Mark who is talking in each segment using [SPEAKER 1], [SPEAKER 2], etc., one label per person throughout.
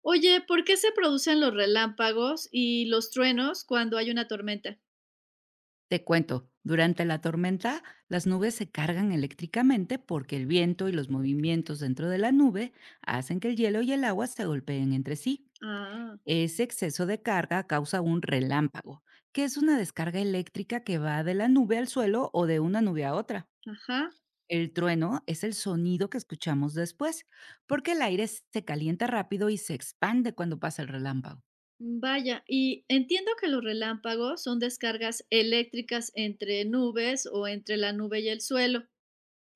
[SPEAKER 1] Oye, ¿por qué se producen los relámpagos y los truenos cuando hay una tormenta?
[SPEAKER 2] Te cuento, durante la tormenta las nubes se cargan eléctricamente porque el viento y los movimientos dentro de la nube hacen que el hielo y el agua se golpeen entre sí.
[SPEAKER 1] Ah,
[SPEAKER 2] Ese exceso de carga causa un relámpago, que es una descarga eléctrica que va de la nube al suelo o de una nube a otra.
[SPEAKER 1] ajá.
[SPEAKER 2] El trueno es el sonido que escuchamos después, porque el aire se calienta rápido y se expande cuando pasa el relámpago.
[SPEAKER 1] Vaya, y entiendo que los relámpagos son descargas eléctricas entre nubes o entre la nube y el suelo.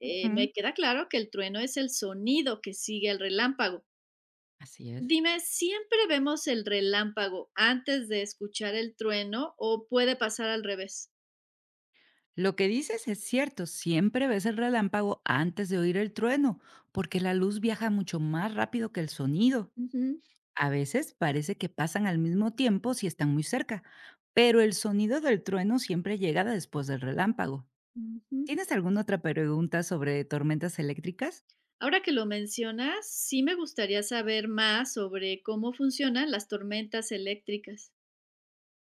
[SPEAKER 1] Me
[SPEAKER 2] Ujú,
[SPEAKER 1] queda claro que el trueno es el sonido que sigue al relámpago.
[SPEAKER 2] así es.
[SPEAKER 1] Dime, ¿siempre vemos el relámpago antes de escuchar el trueno o puede pasar al revés?
[SPEAKER 2] Lo que dices es cierto, siempre ves el relámpago antes de oír el trueno, porque la luz viaja mucho más rápido que el sonido.
[SPEAKER 1] Ujú,
[SPEAKER 2] A veces parece que pasan al mismo tiempo si están muy cerca, pero el sonido del trueno siempre llega después del relámpago.
[SPEAKER 1] ujú.
[SPEAKER 2] ¿Tienes alguna otra pregunta sobre tormentas eléctricas?
[SPEAKER 1] Ahora que lo mencionas, sí me gustaría saber más sobre cómo funcionan las tormentas eléctricas.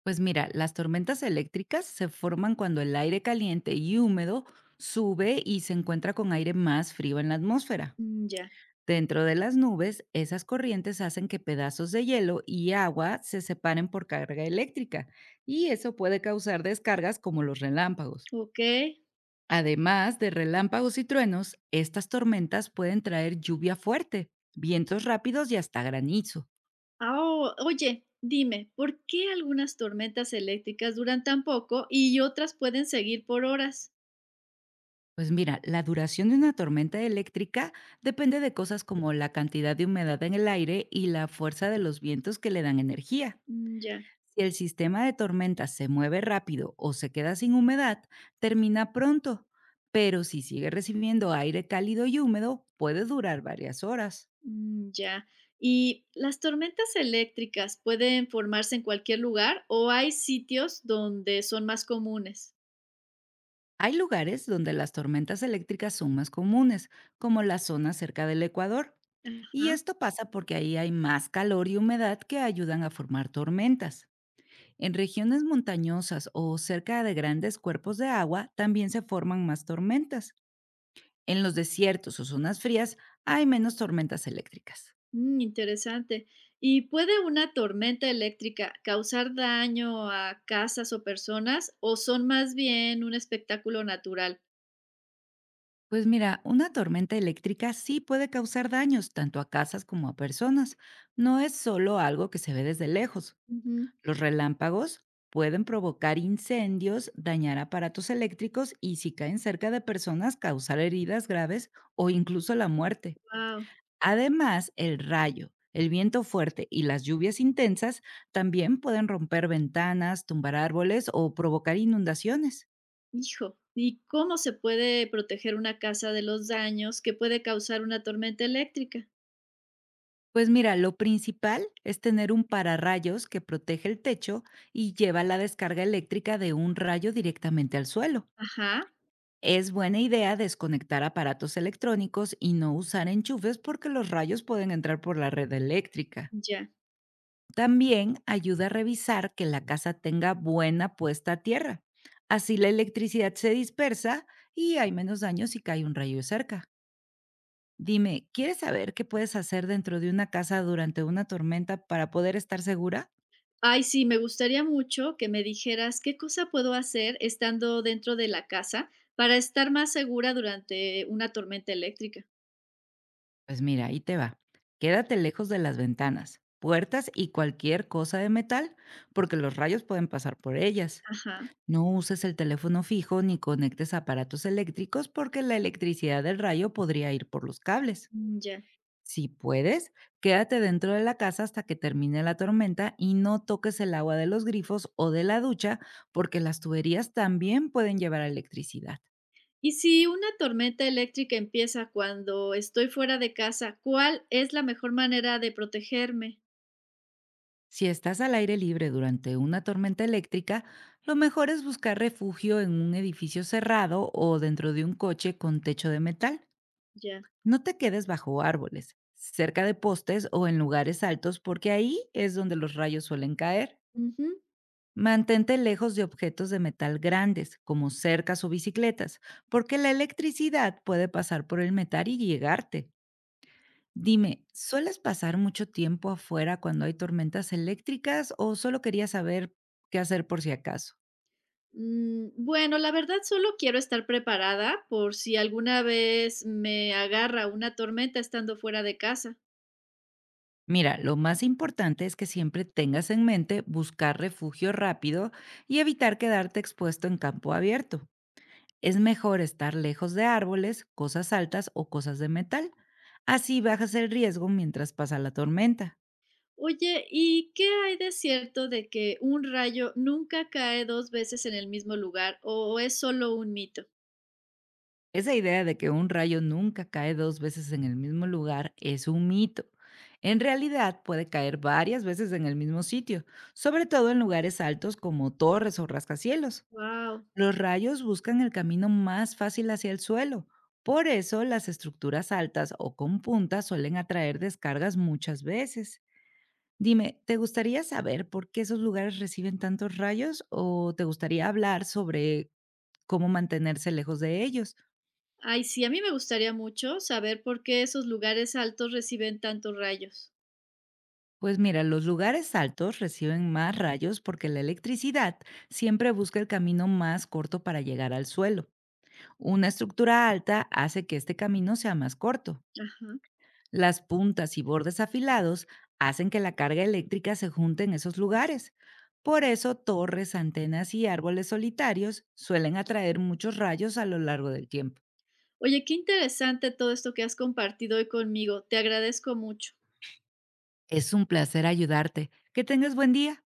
[SPEAKER 2] Pues mira, las tormentas eléctricas se forman cuando el aire caliente y húmedo sube y se encuentra con aire más frío en la atmósfera.
[SPEAKER 1] Mm, ya,
[SPEAKER 2] Dentro de las nubes, esas corrientes hacen que pedazos de hielo y agua se separen por carga eléctrica, y eso puede causar descargas como los relámpagos.
[SPEAKER 1] ok.
[SPEAKER 2] Además de relámpagos y truenos, estas tormentas pueden traer lluvia fuerte, vientos rápidos y hasta granizo.
[SPEAKER 1] Ah, oye, dime, ¿por qué algunas tormentas eléctricas duran tan poco y otras pueden seguir por horas?
[SPEAKER 2] Pues mira, la duración de una tormenta eléctrica depende de cosas como la cantidad de humedad en el aire y la fuerza de los vientos que le dan energía.
[SPEAKER 1] Mm, ya,
[SPEAKER 2] Si el sistema de tormentas se mueve rápido o se queda sin humedad, termina pronto, pero si sigue recibiendo aire cálido y húmedo, puede durar varias horas.
[SPEAKER 1] mm, ya. ¿Y las tormentas eléctricas pueden formarse en cualquier lugar o hay sitios donde son más comunes?
[SPEAKER 2] Hay lugares donde las tormentas eléctricas son más comunes, como la zona cerca del Ecuador, y
[SPEAKER 1] Ajá.
[SPEAKER 2] esto pasa porque ahí hay más calor y humedad que ayudan a formar tormentas. En regiones montañosas o cerca de grandes cuerpos de agua también se forman más tormentas. En los desiertos o zonas frías hay menos tormentas eléctricas.
[SPEAKER 1] Mm, interesante. ¿Y puede una tormenta eléctrica causar daño a casas o personas o son más bien un espectáculo natural?
[SPEAKER 2] Pues mira, una tormenta eléctrica sí puede causar daños tanto a casas como a personas. No es solo algo que se ve desde lejos. Los relámpagos pueden provocar incendios, dañar aparatos eléctricos y si caen cerca de personas causar heridas graves o incluso la muerte.
[SPEAKER 1] Wow,
[SPEAKER 2] Además, el rayo, el viento fuerte y las lluvias intensas también pueden romper ventanas, tumbar árboles o provocar inundaciones.
[SPEAKER 1] hijo. ¿Y cómo se puede proteger una casa de los daños que puede causar una tormenta eléctrica?
[SPEAKER 2] Pues mira, lo principal es tener un pararrayos que protege el techo y lleva la descarga eléctrica de un rayo directamente al suelo.
[SPEAKER 1] Ajá,
[SPEAKER 2] Es buena idea desconectar aparatos electrónicos y no usar enchufes porque los rayos pueden entrar por la red eléctrica.
[SPEAKER 1] ya.
[SPEAKER 2] También ayuda a revisar que la casa tenga buena puesta a tierra. Así la electricidad se dispersa y hay menos daño si cae un rayo cerca. Dime, ¿quieres saber qué puedes hacer dentro de una casa durante una tormenta para poder estar segura?
[SPEAKER 1] Ay, sí, me gustaría mucho que me dijeras qué cosa puedo hacer estando dentro de la casa para estar más segura durante una tormenta eléctrica.
[SPEAKER 2] Pues mira, ahí te va. Quédate lejos de las ventanas, puertas y cualquier cosa de metal, porque los rayos pueden pasar por ellas.
[SPEAKER 1] Ajá,
[SPEAKER 2] No uses el teléfono fijo ni conectes aparatos eléctricos porque la electricidad del rayo podría ir por los cables.
[SPEAKER 1] mm, ya.
[SPEAKER 2] Si puedes, quédate dentro de la casa hasta que termine la tormenta y no toques el agua de los grifos o de la ducha porque las tuberías también pueden llevar electricidad.
[SPEAKER 1] Y si una tormenta eléctrica empieza cuando estoy fuera de casa, ¿cuál es la mejor manera de protegerme?
[SPEAKER 2] Si estás al aire libre durante una tormenta eléctrica, lo mejor es buscar refugio en un edificio cerrado o dentro de un coche con techo de metal.
[SPEAKER 1] Ya.
[SPEAKER 2] No te quedes bajo árboles, cerca de postes o en lugares altos porque ahí es donde los rayos suelen caer.
[SPEAKER 1] Ujú.
[SPEAKER 2] Mantente lejos de objetos de metal grandes, como cercas o bicicletas, porque la electricidad puede pasar por el metal y llegarte.
[SPEAKER 1] Ok.
[SPEAKER 2] Dime, ¿sueles pasar mucho tiempo afuera cuando hay tormentas eléctricas o solo querías saber qué hacer por si acaso?
[SPEAKER 1] Mm, bueno, la verdad solo quiero estar preparada por si alguna vez me agarra una tormenta estando fuera de casa.
[SPEAKER 2] Mira, lo más importante es que siempre tengas en mente buscar refugio rápido y evitar quedarte expuesto en campo abierto. Es mejor estar lejos de árboles, cosas altas o cosas de metal. Así bajas el riesgo mientras pasa la tormenta.
[SPEAKER 1] Oye, ¿y qué hay de cierto de que un rayo nunca cae dos veces en el mismo lugar o es solo un mito?
[SPEAKER 2] Esa idea de que un rayo nunca cae dos veces en el mismo lugar es un mito. En realidad puede caer varias veces en el mismo sitio, sobre todo en lugares altos como torres o rascacielos.
[SPEAKER 1] Wow.
[SPEAKER 2] Los rayos buscan el camino más fácil hacia el suelo. Por eso las estructuras altas o con puntas suelen atraer descargas muchas veces. Dime, ¿te gustaría saber por qué esos lugares reciben tantos rayos o te gustaría hablar sobre cómo mantenerse lejos de ellos?
[SPEAKER 1] Ay, sí, a mí me gustaría mucho saber por qué esos lugares altos reciben tantos rayos.
[SPEAKER 2] Pues mira, los lugares altos reciben más rayos porque la electricidad siempre busca el camino más corto para llegar al suelo. Una estructura alta hace que este camino sea más corto.
[SPEAKER 1] Ajá.
[SPEAKER 2] Las puntas y bordes afilados hacen que la carga eléctrica se junte en esos lugares. Por eso torres, antenas y árboles solitarios suelen atraer muchos rayos a lo largo del tiempo.
[SPEAKER 1] Oye, qué interesante todo esto que has compartido hoy conmigo. Te agradezco mucho.
[SPEAKER 2] Es un placer ayudarte. Que tengas buen día.